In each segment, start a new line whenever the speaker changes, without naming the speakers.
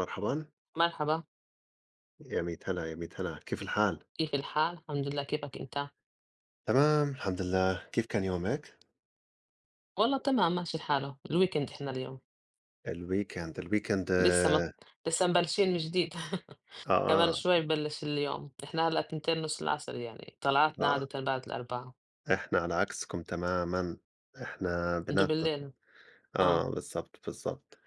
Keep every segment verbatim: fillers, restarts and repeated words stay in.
مرحبًا،
مرحبا،
يا ميت هلا، يا ميت هلا، كيف الحال؟
كيف الحال؟ الحمد لله، كيفك أنت؟
تمام الحمد لله، كيف كان يومِك؟
والله تمام، ماشي الحاله. الويكند إحنا اليوم
الweekend الweekend
لسه ما
آه،
لسه مبلشين من جديد. كمان
آه،
شوي ببلش. اليوم إحنا هلأ تنتين نص العصر، يعني طلعاتنا
آه،
عادة بعد الأربعة.
إحنا على عكسكم تمامًا، إحنا
أنتوا
بيناتنا
بالليل. آه
آه، بالضبط، بالضبط،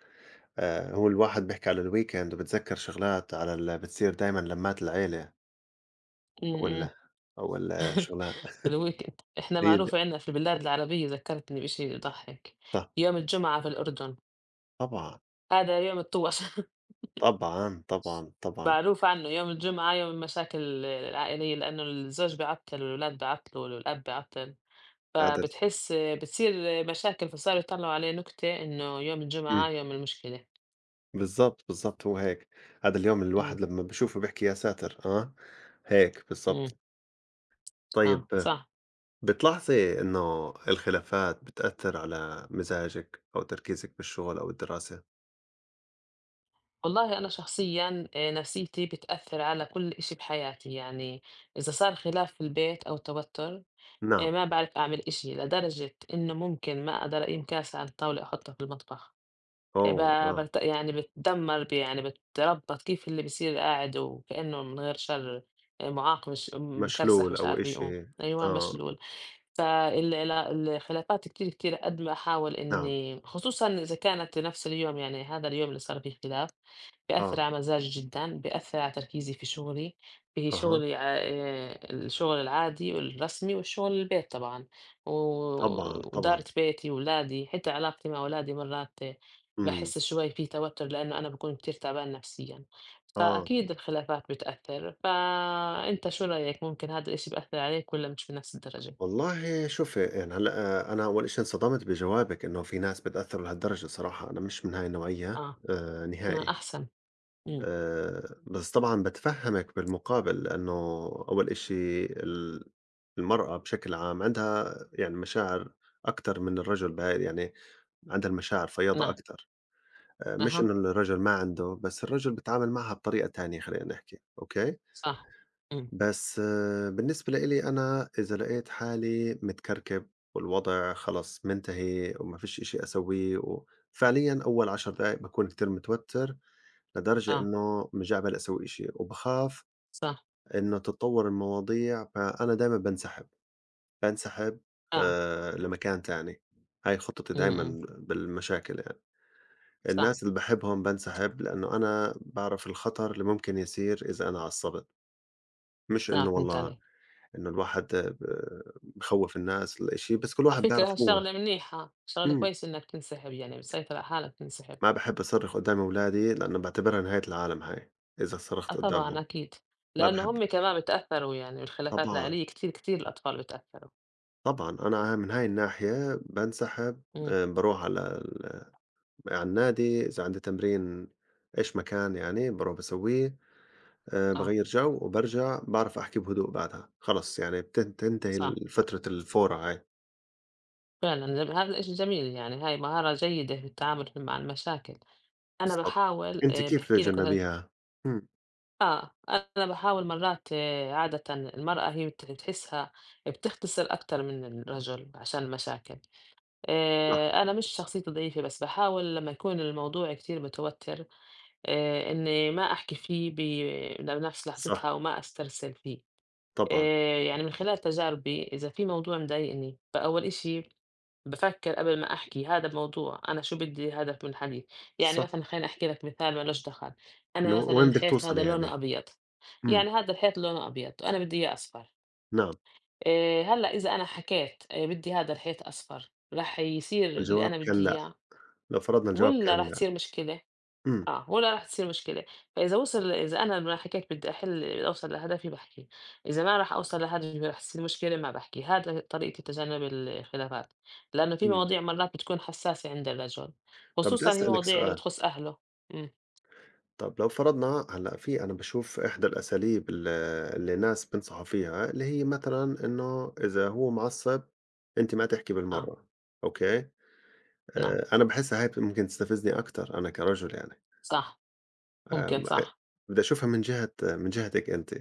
آآ، هو الواحد بيحكي على الweekend وبيتذكّر شغلات على ال بتصير دايمًا لمّات العيلة وال
امم
والشغلات
الويكند إحنا
هي د
معروف عندنا في البلاد العربية، ذكرتني بإشي يضحك.
ط
يوم الجمعة في الأردن
طبعًا،
هذا يوم الطوش.
طبعًا، طبعًا، طبعًا،
معروف عنه يوم الجمعة يوم المشاكل العائلية، لأنه الزوج بيعطل والولاد بيعطلوا والأب بيعطل،
هذا ال
فبتحس بتصير مشاكل، فصاروا يطلعوا عليه نكتة إنه يوم
إمم.
الجمعة يوم المشكلة.
بالضبط، بالضبط هو هيك، هذا اليوم
إمم،
الواحد لمّا بيشوفه بيحكي يا ساتر، آه، هيك
إمم،
بالضبط. طيب
آه، صح.
بتلاحظي إنه الخلافات بتأثّر على مزاجِك أو تركيزِك بالشغل أو الدراسة؟
والله أنا شخصيًا آآ نفسيتي بتأثّر على كل إشي بحياتي، يعني إذا صار خلاف في البيت أو توتر، آآ
نعم،
ما باعرف أعمل إشي، لدرجة إنه ممكن ما أقدر أقيم كاسة على الطاولة أحطها في المطبخ. آآ
أوه،
ب
آه،
بت يعني باتدمّر، ب يعني باتربّط، كيف اللي بيصير قاعد وكإنه من غير شر، آآ معاق، مش م مكرسح،
مشلول
مش
أو
عارف يقوم.
إشي،
أيوه
آه،
مشلول. فال ال الخلافات كتير، كتير قد ما أحاول
نعم،
إنّي، خصوصًا إذا كانت نفس اليوم، يعني هذا اليوم اللي صار فيه خلاف بيأثّر
آه،
على مزاجي جدًا، بيأثّر على تركيزي في شغلي، في
أها،
شغلي، ع آآ الشغل العادي والرسمي والشغل البيت طبعًا، و
طبعًا، طبعًا،
وإدارة بيتي، ولادي، حتى علاقتي مع ولادي مرّات
إمم،
باحس شوي في توتُّر، لإنّه أنا باكون كتير تعبان نفسيًا،
آه،
فأكيد الخلافات بتأثّر. فأنت شو رأيك؟ ممكن هذا الإشي بأثّر عليك والّا مش بنفس الدرجة؟
والله شوفي يعني هلأ آه، أنا أول إشي انصدمت بجوابِك إنه في ناس بتأثّر لهالدرجة صراحة، أنا مش من هاي النوعية
آه.
آآ
ما
نهائي.
أحسن، إمم،
آآ، بس طبعًا باتفهّمك بالمقابل، لإنه أول إشي ال المرأة بشكل عام عندها يعني مشاعر أكتر من الرجل بهاي يعني عندها المشاعر فياضة
نعم،
أكتر، آآ، مش
أها،
إنه الرجل ما عنده، بس الرجل بيتعامل معها بطريقة تانية خلّينا نحكي، أوكي؟
صح، إمم،
بس آه، بالنسبة لإلي أنا إذا لقيت حالي متكركب والوضع خلص منتهي وما فيش إشي أسويه وفعليًا أول عشر دقايق باكون كتير متوتر لدرجة
آه،
إنه مش قابل أسوي إشي وبخاف
صح،
إنه تتطور المواضيع فأنا دايمًا بانسحب، بانسحب
آه،
آآ لمكان تاني، هاي خطتي
إمم، إمم،
دايمًا بالمشاكل يعني،
صح،
الناس اللي باحبهم بانسحب لإنه أنا باعرف الخطر اللي ممكن يصير إذا أنا عصبت، مش
آه
إنه
فهمت
والله
عليك.
إنه الواحد ب بخوّف الناس والّا إشي، بس كل
على
واحد
فكرة
بيعرف هو
شغلة منيحة، شغلة
إمم،
كويسة إنك تنسحب، يعني بتسيطر على حالك تنسحب.
ما باحب أصرخ قدّام أولادي لإنه باعتبرها نهاية العالم هاي إذا
آه
صرخت
طبعًا
قدّامهم،
أكيد،
ما
لأنه
باحب
هم كمان بتأثّروا يعني بالخلافات
طبعًا.
العائلية، كتير، كتير الأطفال بتأثّروا.
طبعًا، أنا من هاي الناحية بانسحب،
إمم،
آآ باروح على ال على النادي، إذا عندي تمرين إيش ما كان يعني باروح باسويه، آآ
آه،
باغيّر جو وبارجع، باعرف أحكي بهدوء بعدها، خلص يعني بتن تنتهي
صح،
ال فترة الفورة هاي،
فعلًا. ج هذا الإشي جميل، يعني هاي مهارة جيدة في التعامل مع المشاكل. أنا
بالضبط.
باحاول،
أنتِ
آآ
كيف
باحكي لك مثلًا،
تتجنبيها؟ إمم،
آه، أنا باحاول مرّات، آه، عادةً المرأة هي بت بتحسّها، بتختصر أكتر من الرجل عشان المشاكل.
صح،
آآ أنا مش شخصيتي ضعيفة، بس باحاول لمّا يكون الموضوع كتير متوتّر، آآ إنّي ما أحكي فيه ب بنفس
صح،
لحظتها وما أسترسل فيه.
طبعًا،
آآ يعني من خلال تجاربي إذا في موضوع مضايقني، فأول إشي بافكّر قبل ما أحكي هذا الموضوع، أنا شو بدّي هدف من الحديث. يعني
صح،
مثلًا خليني أحكي لك مثال ما لوش دخل،
إنه
أنا
وين
مثلًا
بدِك
حيطتي
توصلي
هذا لونه
يعني؟
أبيض.
إمم،
يعني هذا الحيط لونه أبيض وأنا بدي إياه أصفر.
نعم،
إيه هلأ إذا أنا حكيت إيه بدي هذا الحيط أصفر، رح يصير اللي
والجواب
أنا بدي
كان لأ،
إياه
لو فرضنا الجواب
ولا
كان
رح
لأ،
تصير مشكلة؟
إمم،
آه ولا رح تصير مشكلة. فإذا وصل، إذا أنا لما حكيت بدي أحل، بدي أوصل لهدفي بحكي، إذا ما رح أوصل لهدفي رح تصير مشكلة ما بحكي. هذا طريقتي تجنب الخلافات، لأنه في
إمم.
مواضيع مرات بتكون حساسة عند الرجل،
طَب بدي
خصوصا هي
أسألِك
مواضيع اللي
سؤال
بتخص أهله. أمم،
طب لو فرضنا هلأ في أنا باشوف إحدى الأساليب ال اللي ناس بينصحوا فيها، اللي هي مثلًا إنه إذا هو معصّب أنتِ ما تحكي
آه،
بالمرّة، أوكي؟
نعم،
آآ أنا باحسّها هاي ممكن تستفزني أكتر أنا كرجل يعني،
صح، ممكن
آمم أ
صح،
بدي أشوفها من جهة من جهتِك أنتِ،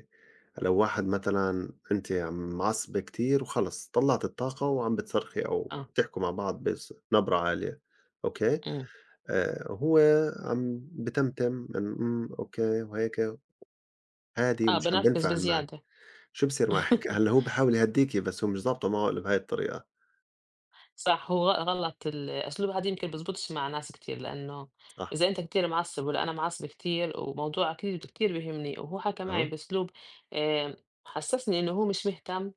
لو واحد مثلًا أنتِ عم معصبة كتير وخلص طلّعتِ الطاقة وعم بتصرخي أو
آه،
بتحكوا مع بعض بص نبرة عالية، أوكي؟
أمم،
آآ هو عم بتمتم إن إمم، أوكي، وهيك هادي
آه
ومش عم
بنرفز
بينفعل معك،
بزيادة.
شو بصير معك؟ هلّا هو بيحاول يهدّيكِ بس هو مش ضابطة معه إلّا بهاي الطريقة،
صح، هو غ غلط الأسلوب هذا، يمكن بزبطش مع ناس كتير. لإنه
صح،
إذا أنت كتير معصّب، والّا أنا معصبة كتير، وموضوع كتير كتير بيهمني، وهو حكى معي
أها،
بأسلوب، آآ حسّسني إنه هو مش مهتم،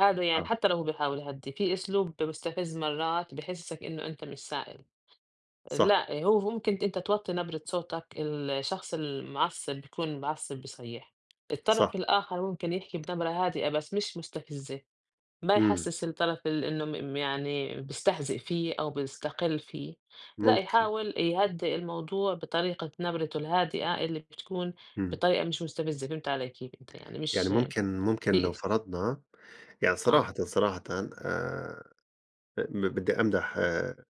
هذا يعني
آه،
حتى لو هو بيحاول يهدّي، في أسلوب مستفز مرات بيحسّسك إنه أنت مش سائل.
صح،
لأ، هو ممكن، أنت توطّي نبرة صوتك، الشخص المعصّب بيكون معصّب بصيّح، الطرف
صح،
الآخر ممكن يحكي بنبرة هادئة بس مش مستفزة. ما
إمم،
يحسّس الطرف ال إنه م يعني بيستهزئ فيه أو بيستقِل فيه، لأ
ممكن،
يحاول يهدّئ الموضوع بطريقة نبرته الهادئة، اللي بتكون
إمم،
بطريقة مش مستفزة. فهمت علي كيف؟ أنت يعني
يعني
مش
ممكن ممكن
في،
لو فرضنا يعني
آه،
صراحةً، صراحةً آآ ب بدّي أمدح آآ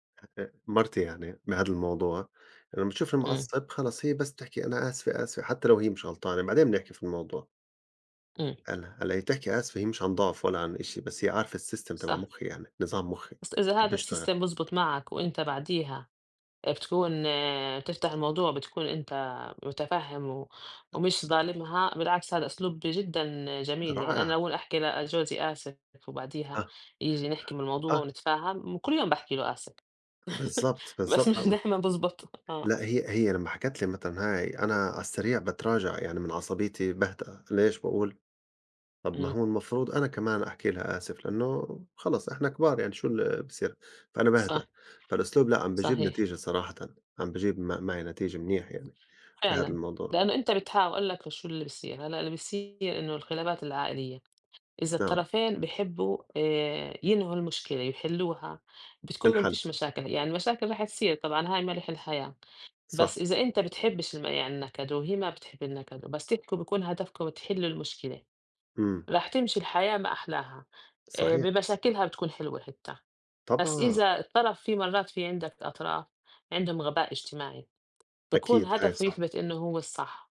مرتي يعني بهذا الموضوع، لمّا تشوفني
إمم،
معصّب خلص هي بس بتحكي أنا آسفة، آسفة، حتى لو هي مش غلطانة، بعدين بنحكي في الموضوع،
إمم،
هلّا هلّا هي تحكي آسفة هي مش عن ضعف ولا عن إشي، بس هي عارفة الsystem تبع
صح،
مُخّي يعني، نظام مُخّي،
بس إذا
كيف
هذا
بيشتغل،
الsystem بيزبط معك وأنت بعديها بتكون، آه، تفتح الموضوع بتكون أنت متفهم و- ومش ظالمها، بالعكس هذا أسلوب جدا جميل. يعني أنا
رائع.
أول أحكي لجوزي آسف وبعديها
آه،
يجي نحكي من الموضوع
آه،
ونتفاهم، كل يوم بحكي له آسف.
بالضبط،
بس
بالضبط آه،
مش
آه.
دايما بزبط آه.
لأ هي هي لمّا حكت لي مثلًا هاي أنا على السريع باتراجع، يعني من عصبيتي باهدأ، ليش؟ باقول طَب ما
أمم،
هو المفروض أنا كمان أحكي لها آسف، لإنه خلص إحنا كبار يعني شو اللي بصير، فأنا باهدأ،
صح،
فالأسلوب لأ عم بيجيب
صحيح،
نتيجة صراحةً، عم بيجيب م معي نتيجة منيح يعني بهذا
فعلا.
الموضوع،
لأنه أنت بتحاول، أقول لك شو اللي بيصير هلا. اللي بيصير إنه الخلافات العائلية إذا
آه،
الطرفين بيحبّوا آآ ينهوا المشكلة، يحلّوها، بتكون
انحل،
فيش مشاكل. يعني المشاكل رح تصير طبعًا، هاي ملح الحياة،
صح،
بس إذا أنت بتحبّش الم يعني النكد، وهي ما بتحب النكد، بس تحكوا بيكون هدفكم تحلّوا المشكلة،
إمم،
رح تمشي الحياة ما أحلاها، آآ
صحيح،
بمشاكلها بتكون حلوة حتّى. بس
طبعًا،
إذا الطرف، في مرّات في عندك أطراف عندهم غباء اجتماعي، بيكون
أكيد هاي
هدفه
صح،
يثبت إنه هو الصح.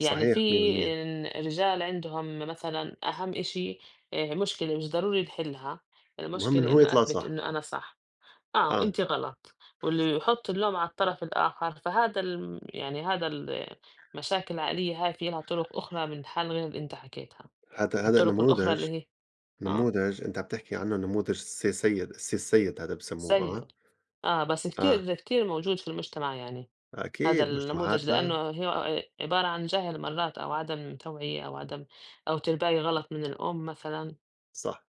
يعني
صحيح
في،
مية بالمية
إن رجال عندهم مثلًا أهم إشي، آآ مشكلة مش ضروري نحلها،
المهم إنه
المشكلة
هو
إنه
يطلع
أثبت
صح،
إنه أنا صح، آه
آه،
وأنتِ غلط، واللي يحط اللوم على الطرف الآخر. فهذا الم يعني هذا، المشاكل العائلية هاي في لها طرق أخرى من الحل غير اللي أنت حكيتها.
هذا هذا
الطرق الأخرى
نموذج
اللي هي، آه
نموذج أنت عم تحكي عنه نموذج السي سيد، السي السيد هذا بسموه
سيء،
آه،
آه بس
آه،
كتير كتير موجود في المجتمع، يعني هذا
أكيد
النموذج،
مجتمعاتنا
لأنه هي عبارة عن جهل مرات، أو عدم توعية، أو عدم، أو ترباية غلط من الأم مثلًا.
صح،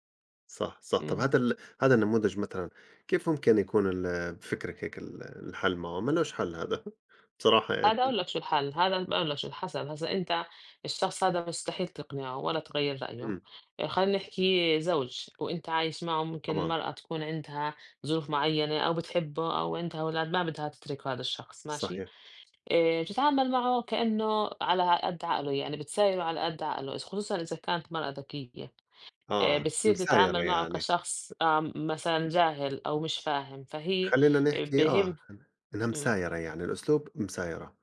صح، صح، طب
إمم.
هذا ال هذا النموذج مثلًا كيف ممكن يكون ال بفكرك هيك ال الحل معه؟ ما لوش حل هذا بصراحة يعني،
هذا أقول لك شو الحل، هذا باقول لك شو الحَسَب. هسا أنت الشخص هذا مستحيل تقنعه ولا تغيّر رأيه.
إمم،
آآ خلّينا نحكي زوج وأنت عايش معه، ممكن
طبعًا
مرأة تكون عندها ظروف معيّنة، أو بتحبه، أو عندها أولاد ما بدها تترك هذا الشخص، ماشي،
صحيح،
آآ بتتعامل معه كإنه على قد عقله، يعني بتسايره على قد عقله، إذ خصوصًا إذا كانت مرأة ذكية، آآ
آه،
بتصير
مسايرة
تتعامل معه
يعني،
كشخص آمم مثلًا جاهل أو مش فاهم، فهي
خلّينا نحكي آه،
بهم.
إنها
إمم.
مسايرة يعني الأسلوب مسايرة،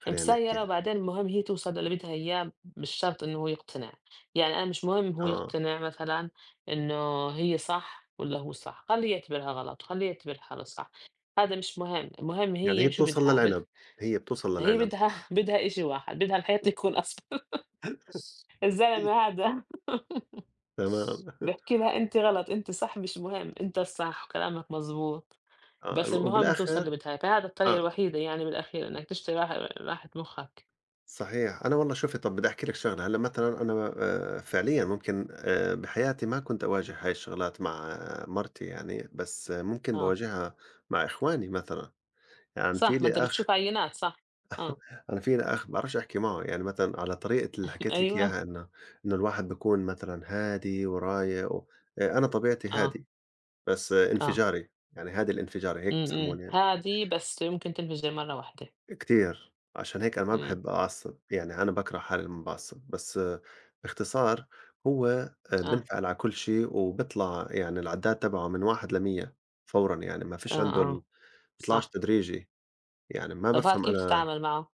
خلّينا
مسيرة،
نحكيها،
وبعدين المهم هي توصل للي بدها إياه، مش شرط إنه هو يقتنع. يعني أنا مش مهم هو
آه،
يقتنع، مثلا إنه هي صح ولا هو صح، خليه يعتبرها غلط وخليه يعتبرها صح، هذا مش مهم، المهم
يعني هي
هي شو
بتوصل
بدها بد...
للعنب، هي بتوصل
هي
للعنب،
بدها بدها إشي واحد، بدها الحياة تكون أصفر. الزلمة هذا
تمام،
بحكي لها أنت غلط، أنت صح، مش مهم، أنت الصح وكلامك مزبوط،
آه،
بس المهم توصل اللي
وبالآخر
بدها إياه. فهذا الطريقة
آه.
الوحيدة يعني بالأخير إنك تشتري راحة، راحة مخك.
صحيح. أنا والله شوفي طب بدي أحكي لِك شغلة، هلّأ مثلًا أنا آآ فعليًا ممكن آآ بحياتي ما كنت أواجه هاي الشغلات مع آه، مرتي يعني، بس آه، ممكن
آه
باواجهها مع إخواني مثلًا، يعني في
صح، ما
لي
أنت بتشوف
أخ
عينات، صح، آه،
أنا في لي أخ بعرفش أحكي معه، يعني مثلًا على طريقة اللي حكيت لِك
أيوه،
إياها إنه إنه الواحد بيكون مثلًا هادي ورايق و آآ أنا طبيعتي
آه،
هادي، بس آه،
آه،
انفجاري، يعني هادي الانفجاري هيك
إمم، إمم،
بسموني.
هادي بس يمكن تنفجر مرّة واحدة،
كتير، عشان هيك أنا ما
إمم،
باحب أعصّب، يعني أنا باكره حالي لمّا باعصّب، بس آه، باختصار هو آآ
آه،
بينفعل على كل شي وبيطلع يعني العدّاد تبعه من واحد لمية فورًا يعني ما فيش
آه،
عنده ال
آه،
بيطلعش
صح.
تدريجي، يعني ما
طَب هاد
بافهم
كيف
أنا
تتعامل معه؟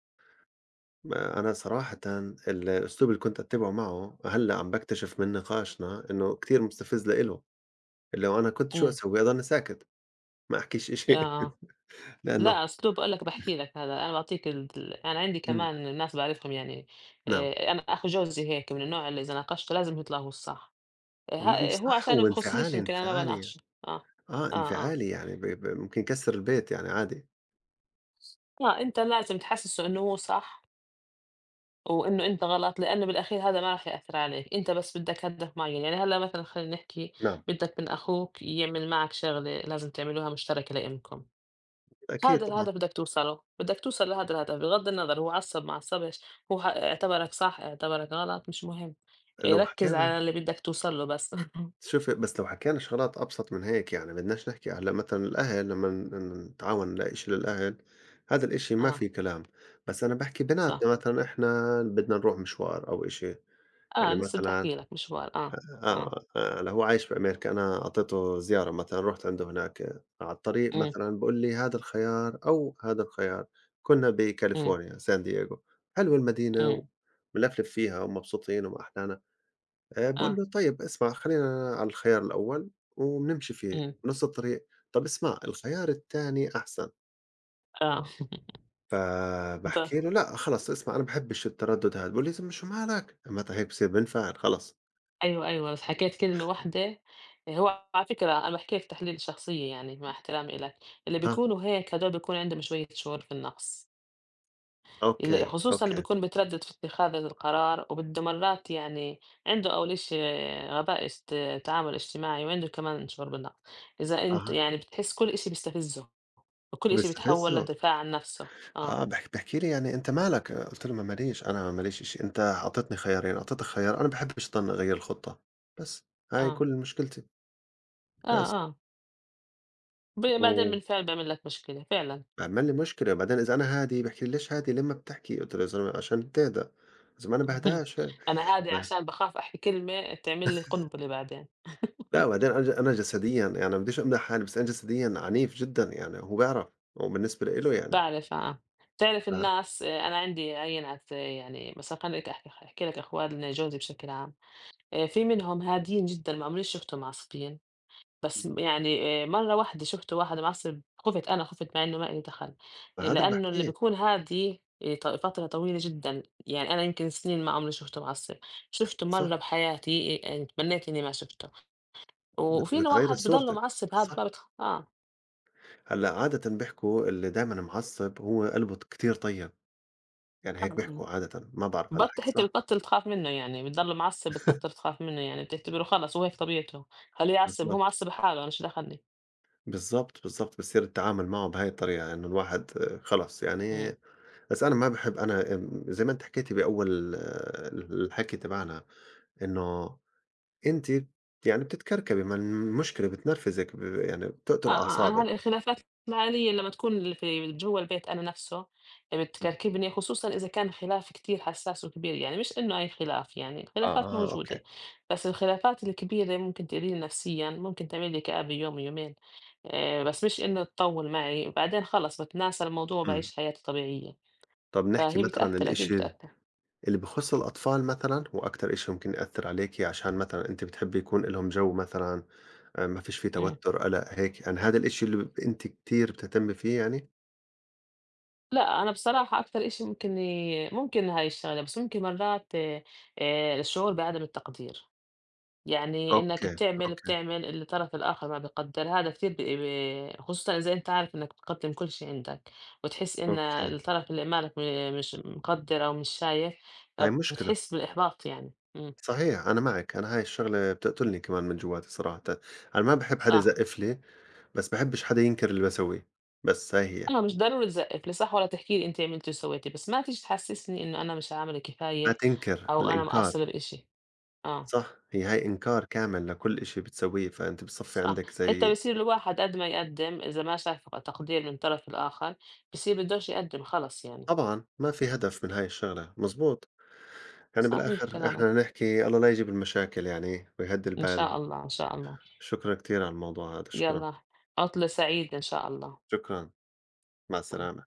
ما أنا صراحةً الأسلوب اللي كنت أتّبعه معه هلّأ عم باكتشف من نقاشنا إنه كتير مستفز لإله، اللي هو أنا كنت شو
إمم،
أسوي أضلني ساكت، ما أحكيش
آه،
إشي
آه،
لإنه
لأ أسلوب، باقول لك، باحكي لك هذا، أنا باعطيك ال ال أنا عندي
إمم،
كمان ناس باعرفهم يعني.
نعم،
آآ، أنا أخو جوزي هيك من النوع اللي إذا ناقشته لازم يطلع هو الصح، آه،
م مش
ه هو
صح
عشان ما
هو
بخصنيش
انفعالي،
يمكن أنا ما
انفعالي
باناقشه، آه،
آه،
آه، آه،
انفعالي يعني ب ب ممكن يكسّر البيت يعني عادي.
آه، أنت لازم تحسّسه إنه هو صح وإنه أنت غلط، لإنه بالأخير هذا ما راح يأثّر عليك، أنت بس بدّك هدف معيّن. يعني هلّأ مثلًا خلّينا نحكي،
نعم.
بدّك من أخوك يعمل معك شغلة لازم تعملوها مشتركة لإلكم،
أكيد
هذا
طبعًا،
الهدف بدّك توصله، بدّك توصل لهذا الهدف بغض النظر هو عصّب ما عصّبش، هو ح اعتبرك صح، اعتبرك غلط، مش مهم. آآ
لو
ركّز
حكينا
على اللي بدّك توصل له بس.
شوفي بس لو حكينا شغلات أبسط من هيك يعني بدناش نحكي هلأ مثلًا الأهل لمّا ن نتعاون نلاقي إشي للأهل، هذا الإشي ما
آه،
في كلام، بس أنا باحكي
صح،
بيناتنا مثلًا إحنا بدنا نروح مشوار أو إشي،
آه
يعني
لسّه بدّي
مثلًا
أحكي لك مشوار، آه، آه،
آه، آه، هلأ هو عايش في أمريكا، أنا أعطيته زيارة مثلًا، رُحت عنده هناك آه، على الطريق
إمم،
مثلًا بيقول لي: "هذا الخيار أو هذا الخيار." كنا
إمم،
بكاليفورنيا سان دييغو، حلوة
إمم،
المدينة وبنلفلف فيها ومبسوطين وما أحلانا، آآ باقول
آه،
له: "طيب اسمع خلّينا على الخيار الأول وبنمشي فيه."
إمم،
نُص الطريق: "طب اسمع الخيار التاني أحسن."
آه.
فباحكي له: "لأ خلص اسمع أنا باحبش التردد هذا." بيقول لي: "يا زلمة شو مالك؟" متى هيك بصير بنفعل خلص،
أيوه، أيوه، بس حكيت كلمة واحدة. آه، هو على فكرة أنا باحكيها في تحليل الشخصية، يعني مع احترامي إلك، اللي
ها،
بيكونوا هيك هدول بيكون عندهم شوية شعور بالنقص، اللي
أوكي،
خصوصًا اللي
أوكي،
بيكون متردد في اتخاذ هذا القرار وبده مرات يعني، عنده أول إشي غباء است تعامل اجتماعي، وعنده كمان شعور بالنقص. إذا أنت
أها."
يعني بتحس كل إشي بيستفزه، وكل إشي بيتحول
بيستفزّه،
للدفاع عن نفسه، آه،
آه، بيح بيحكي لي يعني: "أنت مالك؟" آه، قُلت له: "ما ما ليش، أنا ما ليش شي، أنت أعطيتني خيارين، أعطيتك خيار أنا ما باحبش ضلني أغيّر الخطة، بس هاي
آه،
كل مشكلتي."
آه،
بس،
آه، ب بعدين بالفعل بيعمل لك مشكلة فعلًا.
وعمّل لي مشكلة، وبعدين إذا أنا هادي بيحكي لي: "ليش هادي، ليه ما بتحكي؟" قُلت له: "يا زلمة عشان تهدى، إذا ما أنا باهداش هيك."
أنا هادية
ف
عشان باخاف أحكي كلمة تعمل لي قنبلة بعدين.
لأ، وبعدين أنا ج أنا جسديًا يعني ما بديش أمدح حالي، بس أنا جسديًا عنيف جدًا يعني وهو بيعرف، وبالنسبة له إله يعني،
باعرف آه، بتعرف
ف
الناس، آآ أنا عندي عينات، آه، يعني مثلًا خلّيني لك أحكي، أحكي لك أخوان جوزي بشكل عام، آآ في منهم هاديين جدًا ما عمري شُفتهم معصبين، بس
إمم.
م يعني آآ مرّة واحدة شُفت واحد معصب خُفت، أنا خُفت مع إنه ما إلي دخل. آآ
فهذا اللي
لإنه اللي
باحكيه،
بيكون هادي آآ ط فترة طويلة جدًا، يعني أنا يمكن سنين ما عمري شُفته معصب، شُفته
صح،
مرّة بحياتي آآ تمنيت إني ما شُفته.
بت
وفي
بتغيّري
الواحد بضلّه
صورتِك،
معصّب هاد
صح.
برضه، آه،
هلأ عادةً بيحكوا اللي دايمًا معصّب هو قلبه ط كتير طيّب، يعني هيك
آه،
بيحكوا عادةً، ما بعرف هل
بط
الحكي
حتى
صح؟
بتبطّل تخاف منّه يعني، بتضلّه معصّب بتبطّل تخاف منّه يعني، بتعتبره خلص هو هيك طبيعته، خلّيه يعصّب، هو
بالضبط،
معصّب حاله أنا شو دخلني.
بالضبط، بالضبط، بصير التعامل معه بهاي الطريقة إنه الواحد آه، خلص يعني
إمم.
بس أنا ما باحب أنا آمم، زي ما أنتِ حكيتِ بأول ال الحكي تبعنا إنه أنتِ يعني بتتكركبي ما المشكلة بتنرفزِك ب يعني
آه،
بتقتل
آه، أنا هل
أعصابِك.
الخلافات العائلية لمّا تكون في جوّا البيت أنا نفسه، آه، بتكركبني، خصوصًا إذا كان خلاف كتير حساس وكبير، يعني مش إنه أي خلاف يعني،
آه،
الخلافات
آه، أوكي،
موجودة، بس الخلافات الكبيرة ممكن تأذيني نفسيًا، ممكن تعمل لي كآبة يوم يومين، آآ، بس مش إنه تطوّل معي، بعدين خلص باتناسى الموضوع
إمم،
وباعيش حياتي طبيعية.
طَب نحكي
فهي
مثلًا
بتأثّر، أكيد
الإشي
بتأثّر.
اللي بيخُص الأطفال مثلًا هو أكتر إشي ممكن يأثّر عليكِ عشان مثلًا أنتِ بتحبّي يكون لهم جو مثلًا، آآ ما فيش في
إمم.
توتُّر، قَلَق، هيك، يعني هذا الإشي اللي ب أنتِ كتير بتهتمّي فيه يعني؟
لأ، أنا بصراحة أكتر إشي ممكن ي ممكن هاي الشغلة، بس ممكن مرات آآ، الشعور بعدم التقدير. يعني إنك
أوكي،
بتعمل،
أوكي،
بتعمل اللي الطرف الآخر ما بيقدّرها، هذا كتير بي بي خصوصًا إذا أنت عارف إنك بتقدّم كل شي عندك، وتحس إن
أوكي،
الطرف اللي أمامك م مش مقدّر أو مش شايف،
هاي مشكلة،
فبتحس بالإحباط يعني. إمم،
صحيح أنا معِك، أنا هاي الشغلة بتقتلني كمان من جوّاتي صراحةً، أنا ما باحب حدا
صح،
يزقّف لي، بس باحبّش حدا ينكر اللي باسويه، بس هاي هي،
أنا مش ضروري تزقّف لي صح، ولا تحكي لي أنتِ عملتِ وسويتِ، بس ما تيجي تحسسني إنه أنا مش عاملة
ما
كفاية
تنكر،
أو أنا
الإنكار،
مقصّرة بإشي، آه،
صح، هي هاي إنكار كامل لكل إشي بتسويه، فأنتِ بتصفّي
صح،
عندِك
حتى
زي
بيصير الواحد قد ما يقدّم إذا ما شاف تقدير من الطرف الآخر، بصير بدوش يقدّم خلص يعني.
طبعًا، ما في هدف من هاي الشغلة، مضبوط. يعني
صحيح
بالآخر
كلامك.
إحنا هنحكي الله لا يجيب المشاكل يعني ويهدّي
إن
البال،
شاء الله، إن شاء الله.
شكرًا كتير على الموضوع هذا، شكرًا،
يالّا، عُطلة سعيدة إن شاء الله.
شكرًا، مع السلامة.